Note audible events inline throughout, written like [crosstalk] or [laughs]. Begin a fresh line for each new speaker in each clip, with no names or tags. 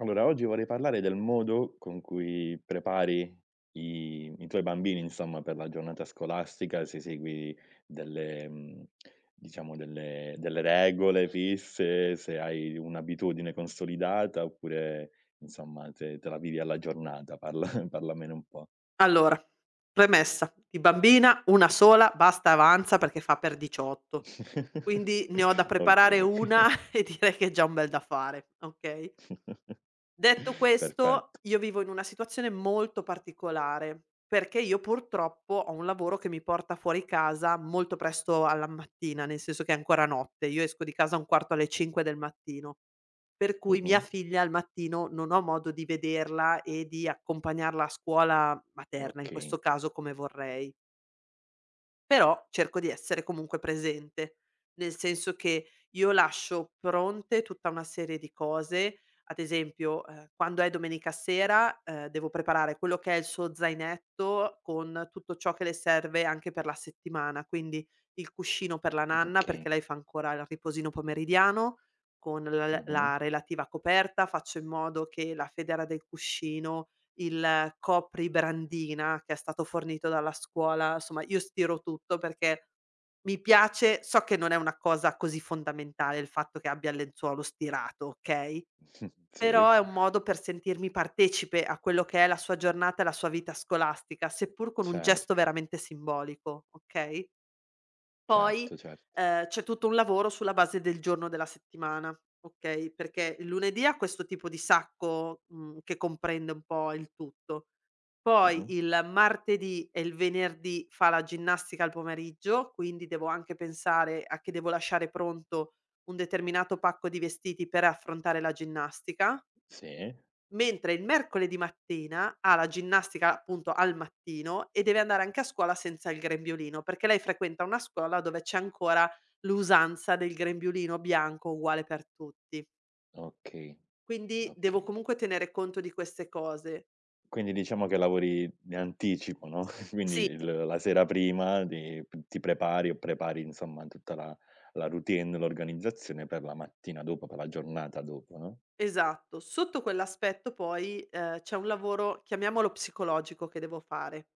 Allora, oggi vorrei parlare del modo con cui prepari i tuoi bambini, insomma, per la giornata scolastica, se segui delle diciamo delle regole fisse, se hai un'abitudine consolidata oppure, insomma, se te la vivi alla giornata. Parla [laughs] Parlamene un po'.
Allora, premessa: di bambina, 1 sola, basta e avanza perché fa per 18,
[laughs]
quindi ne ho da preparare
Okay.
1 [laughs] e direi che è già un bel da fare, okay? Detto
[laughs]
questo,
Perfetto.
io vivo in una situazione molto particolare, perché io purtroppo ho un lavoro che mi porta fuori casa molto presto alla mattina, nel senso che è ancora notte. Io esco di casa a 4:45 del mattino. Per cui mia
Mh-mh.
figlia al mattino non ho modo di vederla e di accompagnarla a scuola materna, in
Okay,
questo caso, come vorrei. Però cerco di essere comunque presente, nel senso che io lascio pronte tutta una serie di cose. Ad esempio, quando è domenica sera, devo preparare quello che è il suo zainetto con tutto ciò che le serve anche per la settimana, quindi il cuscino per la nanna, perché
okay.
lei fa ancora il riposino pomeridiano, con la
Mh-mh.
la relativa coperta, faccio in modo che la federa del cuscino il copribrandina che è stato fornito dalla scuola, insomma io stiro tutto perché mi piace, so che non è una cosa così fondamentale il fatto che abbia il lenzuolo stirato, okay,
[laughs]
però
Sì.
è un modo per sentirmi partecipe a quello che è la sua giornata e la sua vita scolastica, seppur con un gesto
Certo,
veramente simbolico, okay. Poi,
certo, certo.
c'è tutto un lavoro sulla base del giorno della settimana, okay, perché il lunedì ha questo tipo di sacco che comprende un po' il tutto. Poi
Mh-mh.
il martedì e il venerdì fa la ginnastica al pomeriggio, quindi devo anche pensare a che devo lasciare pronto un determinato pacco di vestiti per affrontare la ginnastica,
Sì,
mentre il mercoledì mattina ha la ginnastica appunto al mattino e deve andare anche a scuola senza il grembiulino, perché lei frequenta una scuola dove c'è ancora l'usanza del grembiulino bianco uguale per tutti.
okay,
Quindi devo
okay.
comunque tenere conto di queste cose.
Quindi diciamo che lavori in anticipo, no, [laughs] quindi
Sì,
il la sera prima di ti prepari o prepari insomma tutta la routine, l'organizzazione per la mattina dopo, per la giornata dopo, no,
esatto. Sotto quell'aspetto poi, c'è un lavoro, chiamiamolo psicologico, che devo fare,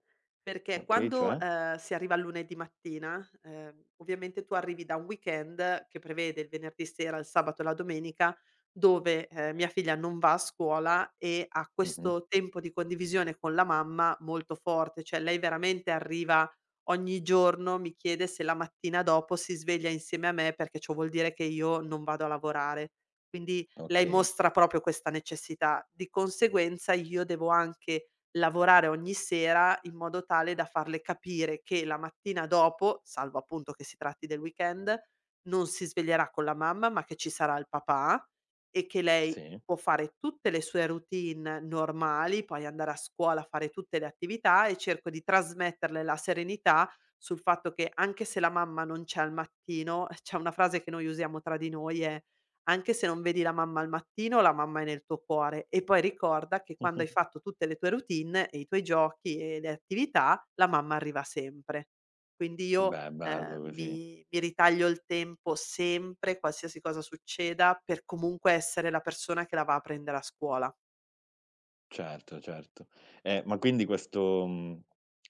perché
okay,
quando,
cioè?
si arriva al lunedì mattina, ovviamente tu arrivi da un weekend che prevede il venerdì sera, il sabato e la domenica, dove, mia figlia non va a scuola e ha
Mh-mh.
questo tempo di condivisione con la mamma molto forte. Cioè lei veramente arriva ogni giorno, mi chiede se la mattina dopo si sveglia insieme a me, perché ciò vuol dire che io non vado a lavorare. Quindi lei
Okay,
mostra proprio questa necessità. Di conseguenza io devo anche lavorare ogni sera in modo tale da farle capire che la mattina dopo, salvo appunto che si tratti del weekend, non si sveglierà con la mamma, ma che ci sarà il papà e che lei
sì.
può fare tutte le sue routine normali, poi andare a scuola, fare tutte le attività, e cerco di trasmetterle la serenità sul fatto che anche se la mamma non c'è al mattino, [laughs] c'è una frase che noi usiamo tra di noi, è: anche se non vedi la mamma al mattino, la mamma è nel tuo cuore, e poi ricorda che quando hai
[laughs]
fatto tutte le tue routine e i tuoi giochi e le attività, la mamma arriva sempre. Quindi io,
Beh, bello così.
mi ritaglio il tempo sempre, qualsiasi cosa succeda, per comunque essere la persona che la va a prendere a scuola.
Certo, certo. Ma quindi questo,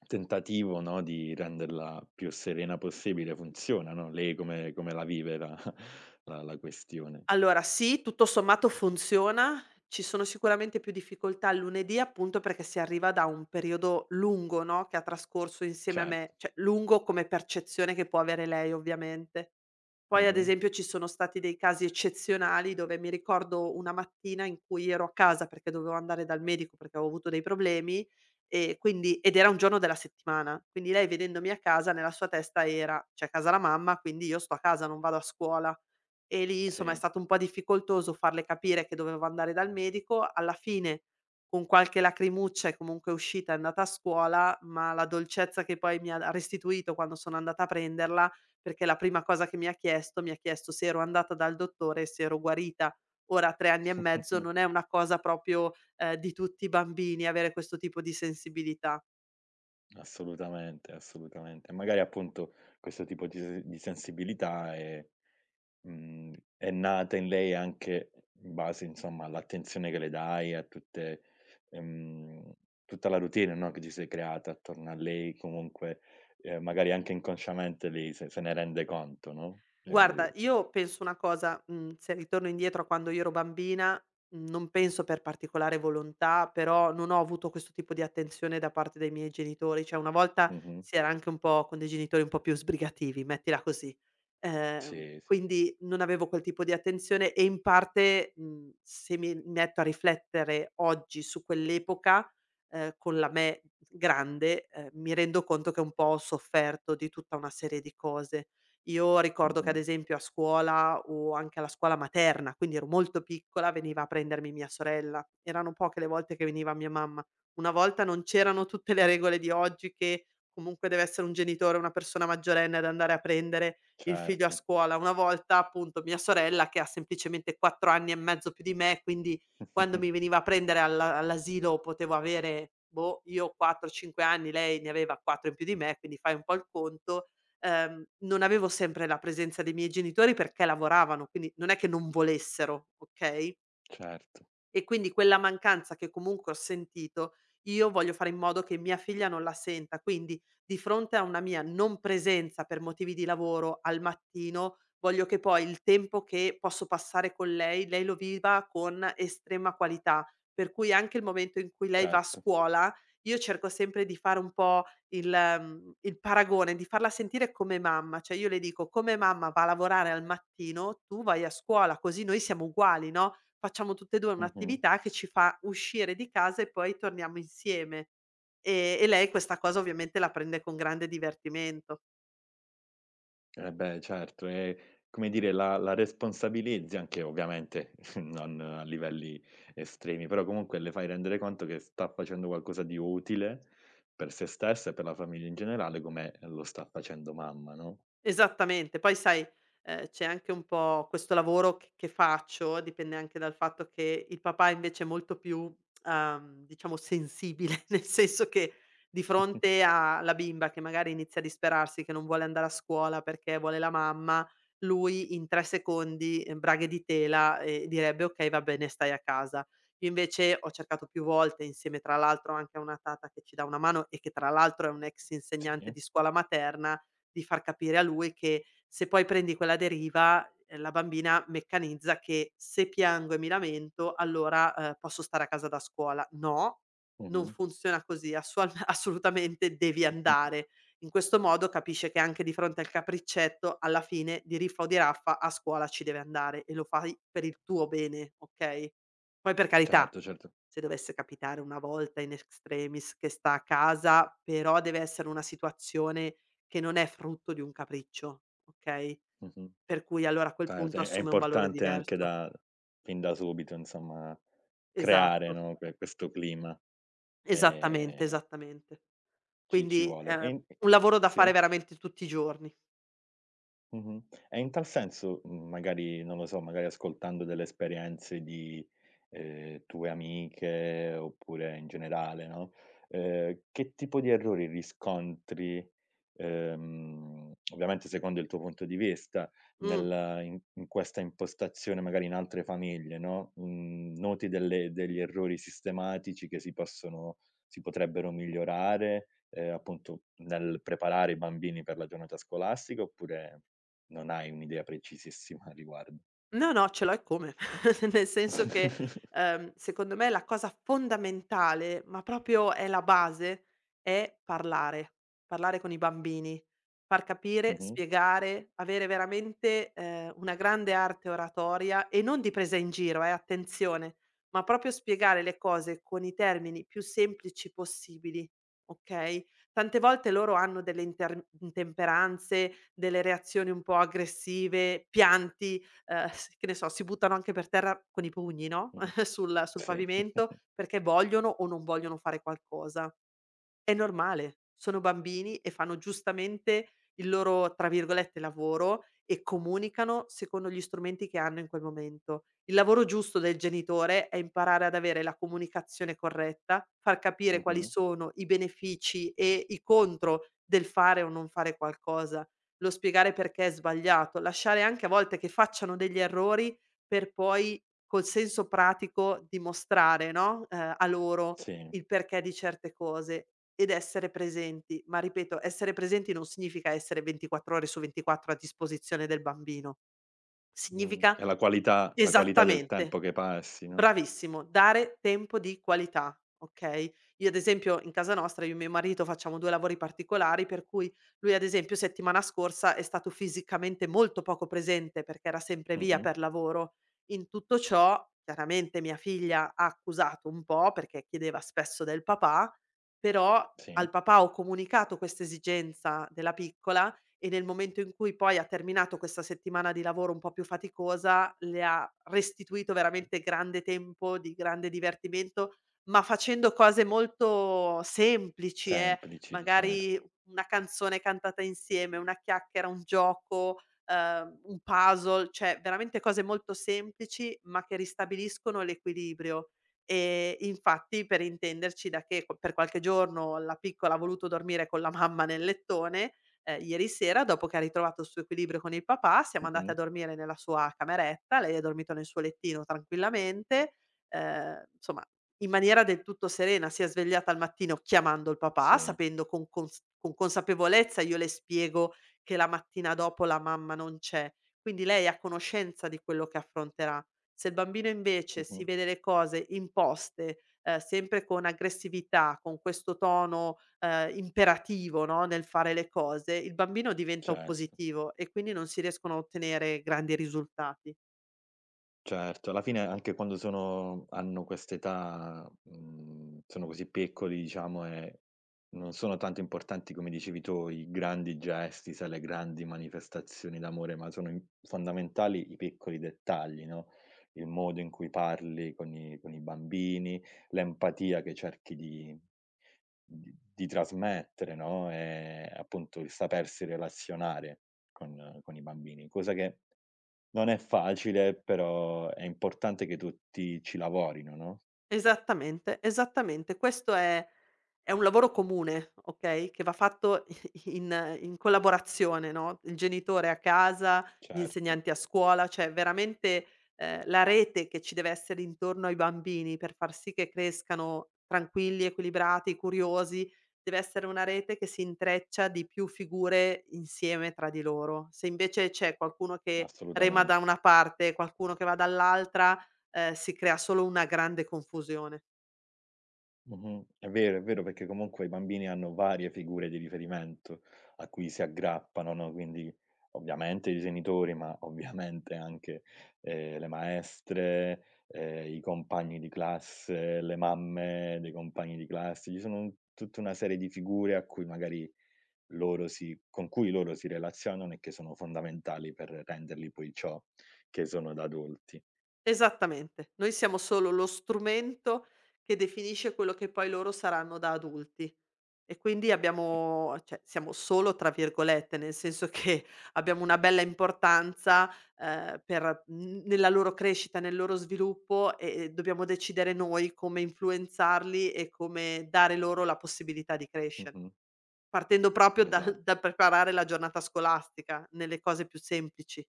tentativo, no, di renderla più serena possibile funziona, no, lei come la vive la [laughs] la questione?
Allora sì, tutto sommato funziona. Ci sono sicuramente più difficoltà il lunedì, appunto perché si arriva da un periodo lungo, no, che ha trascorso insieme a
Certo.
me, cioè lungo come percezione che può avere lei ovviamente. Poi ad
Mh-mh.
esempio ci sono stati dei casi eccezionali, dove mi ricordo una mattina in cui ero a casa perché dovevo andare dal medico perché avevo avuto dei problemi, e quindi ed era un giorno della settimana, quindi lei vedendomi a casa nella sua testa era: c'è a casa la mamma, quindi io sto a casa, non vado a scuola. E lì insomma è
Sì.
stato un po' difficoltoso farle capire che dovevo andare dal medico. Alla fine con qualche lacrimuccia è comunque uscita, è andata a scuola, ma la dolcezza che poi mi ha restituito quando sono andata a prenderla, perché la prima cosa che mi ha chiesto se ero andata dal dottore e se ero guarita. Ora a 3 anni e mezzo
[laughs]
non è una cosa proprio, di tutti i bambini avere questo tipo di sensibilità.
Assolutamente, assolutamente. Magari appunto questo tipo di sensibilità è nata in lei anche in base, insomma, all'attenzione che le dai, a tutte ehm, tutta la routine, no, che ti sei creata attorno a lei, comunque, magari anche inconsciamente lei se ne rende conto, no,
Guarda, io penso una cosa, se ritorno indietro a quando io ero bambina, non penso per particolare volontà, però non ho avuto questo tipo di attenzione da parte dei miei genitori. Cioè, una volta
mh-mh,
si era anche un po' con dei genitori un po' più sbrigativi, mettila così.
sì, sì,
Quindi non avevo quel tipo di attenzione e in parte, se mi metto a riflettere oggi su quell'epoca, con la me grande, mi rendo conto che un po' ho sofferto di tutta una serie di cose. Io ricordo che ad
mh-mh,
esempio a scuola o anche alla scuola materna, quindi ero molto piccola, veniva a prendermi mia sorella. Erano poche le volte che veniva mia mamma. Una volta non c'erano tutte le regole di oggi, che comunque deve essere un genitore, una persona maggiorenne, ad andare a prendere il figlio a
certo,
scuola. Una volta appunto mia sorella, che ha semplicemente 4 anni e mezzo più di me, quindi quando mi
[laughs]
veniva a prendere all'asilo potevo avere, boh, io 4-5 anni, lei ne aveva 4 in più di me, quindi fai un po' il conto. Non avevo sempre la presenza dei miei genitori perché lavoravano, quindi non è che non volessero, okay?
certo,
E quindi quella mancanza che comunque ho sentito, io voglio fare in modo che mia figlia non la senta. Quindi, di fronte a una mia non presenza per motivi di lavoro al mattino, voglio che poi il tempo che posso passare con lei, lei lo viva con estrema qualità. Per cui anche il momento in cui lei va a
certo,
scuola, io cerco sempre di fare un po' il paragone, di farla sentire come mamma. Cioè io le dico: "Come mamma va a lavorare al mattino, tu vai a scuola, così noi siamo uguali, no, facciamo tutte e 2
mh-mh.
un'attività che ci fa uscire di casa e poi torniamo insieme." E lei questa cosa ovviamente la prende con grande divertimento.
Eh beh, certo, e come dire, la responsabilizzi anche ovviamente [laughs] non a livelli estremi, però comunque le fai rendere conto che sta facendo qualcosa di utile per se stessa e per la famiglia in generale, come lo sta facendo mamma, no?
Esattamente. Poi sai, c'è anche un po' questo lavoro che faccio, dipende anche dal fatto che il papà invece è molto più, diciamo, sensibile, [laughs] nel senso che di fronte alla bimba che magari inizia a disperarsi, che non vuole andare a scuola perché vuole la mamma, lui in 3 secondi, braghe di tela, e direbbe: "Okay, va bene, stai a casa". Io invece ho cercato più volte, insieme tra l'altro anche a una tata che ci dà una mano e che tra l'altro è un'ex insegnante
Sì.
di scuola materna, di far capire a lui che se poi prendi quella deriva, la bambina meccanizza che se piango e mi lamento allora, posso stare a casa da scuola. No, non
Mh-mh.
funziona così, assual [laughs] assolutamente devi
[laughs]
andare. In questo modo capisce che anche di fronte al capriccetto alla fine, di riffa o di raffa, a scuola ci deve andare, e lo fai per il tuo bene, okay? Poi per carità,
Certo, certo.
se dovesse capitare una volta in extremis che sta a casa, però deve essere una situazione che non è frutto di un capriccio, okay,
Mh-mh.
per cui allora a quel
Certo,
punto
è
assume un valore
importante anche
diverso.
da fin da subito, insomma, creare,
Esatto,
no, questo clima,
esattamente,
ehm,
esattamente.
ci
Quindi,
vuole. E in
un lavoro da fare
Sì?
veramente tutti i giorni.
Mh-mh. E in tal senso, magari non lo so, magari ascoltando delle esperienze di, tue amiche oppure in generale, no, che tipo di errori riscontri, ovviamente secondo il tuo punto di vista,
Mh.
nel in in questa impostazione magari in altre famiglie, no, noti delle degli errori sistematici che si potrebbero migliorare, appunto nel preparare i bambini per la giornata scolastica oppure non hai un'idea precisissima a riguardo.
No, no, ce l'ho eccome. [laughs] Nel senso che,
[laughs]
secondo me la cosa fondamentale, ma proprio è la base, è parlare. Parlare con i bambini, far capire,
Mh-mh,
spiegare, avere veramente, una grande arte oratoria e non di presa in giro, attenzione, ma proprio spiegare le cose con i termini più semplici possibili, okay. Tante volte loro hanno delle inter intemperanze, delle reazioni un po' aggressive, pianti, s che ne so, si buttano anche per terra con i pugni, no,
mh-mh.
[laughs] sul
Sì.
pavimento,
[laughs]
perché vogliono o non vogliono fare qualcosa. È normale, sono bambini e fanno giustamente il loro, tra virgolette, "lavoro", e comunicano secondo gli strumenti che hanno in quel momento. Il lavoro giusto del genitore è imparare ad avere la comunicazione corretta, far capire quali
Mh-mh.
sono i benefici e i contro del fare o non fare qualcosa, lo spiegare perché è sbagliato, lasciare anche a volte che facciano degli errori, per poi col senso pratico dimostrare, no, a loro
Sì.
il perché di certe cose. Ed essere presenti, ma ripeto, essere presenti non significa essere 24 ore su 24 a disposizione del bambino,
Mh.
significa.
E la qualità del
Esattamente.
tempo che passi, no.
Bravissimo, dare tempo di qualità, okay. Io ad esempio in casa nostra, io e mio marito facciamo 2 lavori particolari, per cui lui ad esempio settimana scorsa è stato fisicamente molto poco presente, perché era sempre via
Mh-mh.
per lavoro. In tutto ciò, chiaramente mia figlia ha accusato un po', perché chiedeva spesso del papà, però
Sì.
al papà ho comunicato questa esigenza della piccola, e nel momento in cui poi ha terminato questa settimana di lavoro un po' più faticosa, le ha restituito veramente grande tempo, di grande divertimento, ma facendo cose molto semplici,
Semplici,
magari
certo.
una canzone cantata insieme, una chiacchiera, un gioco, un puzzle, cioè veramente cose molto semplici, ma che ristabiliscono l'equilibrio. E infatti, per intenderci, da che per qualche giorno la piccola ha voluto dormire con la mamma nel lettone, ieri sera, dopo che ha ritrovato il suo equilibrio con il papà, siamo andate a
Mh-mh.
dormire nella sua cameretta, lei ha dormito nel suo lettino tranquillamente, insomma in maniera del tutto serena. Si è svegliata al mattino chiamando il papà,
Sì.
sapendo con consapevolezza, io le spiego che la mattina dopo la mamma non c'è, quindi lei è a conoscenza di quello che affronterà. Se il bambino invece si
Mh-mh.
vede le cose imposte, sempre con aggressività, con questo tono, imperativo, no, nel fare le cose, il bambino diventa
Certo.
oppositivo e quindi non si riescono a ottenere grandi risultati.
Certo, alla fine anche quando sono hanno quest'età, sono così piccoli diciamo e non sono tanto importanti, come dicevi tu, i grandi gesti, sai, le grandi manifestazioni d'amore, ma sono im fondamentali i piccoli dettagli, no, il modo in cui parli con i bambini, l'empatia che cerchi di trasmettere, no, e appunto il sapersi relazionare con i bambini, cosa che non è facile, però è importante che tutti ci lavorino, no,
Esattamente, esattamente. Questo è È un lavoro comune, okay, che va fatto [laughs] in collaborazione, no, il genitore a casa, gli
certo,
insegnanti a scuola, cioè veramente, la rete che ci deve essere intorno ai bambini per far sì che crescano tranquilli, equilibrati, curiosi, deve essere una rete che si intreccia di più figure insieme tra di loro. Se invece c'è qualcuno che rema da
assolutamente.
una parte e qualcuno che va dall'altra, si crea solo una grande confusione.
Mh-mh. È vero, perché comunque i bambini hanno varie figure di riferimento a cui si aggrappano, no, quindi ovviamente i genitori, ma ovviamente anche, le maestre, i compagni di classe, le mamme dei compagni di classe. Ci sono tutta una serie di figure a cui magari Loro si con cui loro si relazionano e che sono fondamentali per renderli poi ciò che sono da adulti.
Esattamente. Noi siamo solo lo strumento che definisce quello che poi loro saranno da adulti, e quindi
E
abbiamo cioè siamo "solo" tra virgolette, nel senso che [laughs] abbiamo una bella importanza, per n nella loro crescita, nel loro sviluppo, e dobbiamo decidere noi come influenzarli e come dare loro la possibilità di crescere,
mh-mh,
partendo proprio
esatto.
dal preparare la giornata scolastica nelle cose più semplici.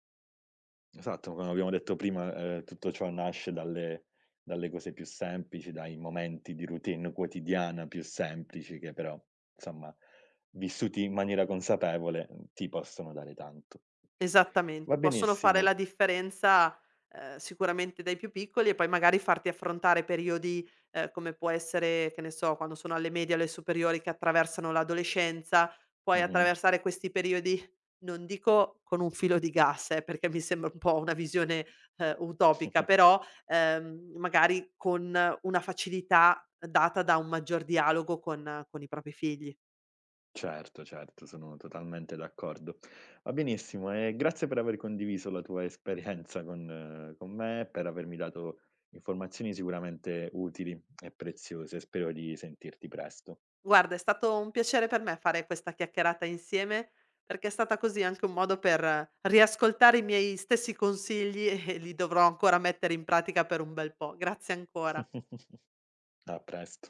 Esatto, come abbiamo detto prima, tutto ciò nasce dalle dalle cose più semplici, dai momenti di routine quotidiana più semplici che però, insomma, vissuti in maniera consapevole, ti possono dare tanto. Va
Esattamente, possono fare
benissimo.
la differenza, sicuramente dai più piccoli, e poi magari farti affrontare periodi, come può essere, che ne so, quando sono alle medie, alle superiori, che attraversano l'adolescenza, puoi
Mh-mh.
attraversare questi periodi, non dico con un filo di gas, perché mi sembra un po' una visione, utopica,
[laughs]
però, magari con una facilità data da un maggior dialogo con i propri figli.
Certo, certo, sono totalmente d'accordo. Va benissimo e grazie per aver condiviso la tua esperienza con me, per avermi dato informazioni sicuramente utili e preziose. Spero di sentirti presto.
Guarda, è stato un piacere per me fare questa chiacchierata insieme, perché è stata così anche un modo per riascoltare i miei stessi consigli [laughs] e li dovrò ancora mettere in pratica per un bel po'. Grazie ancora.
[laughs] A presto.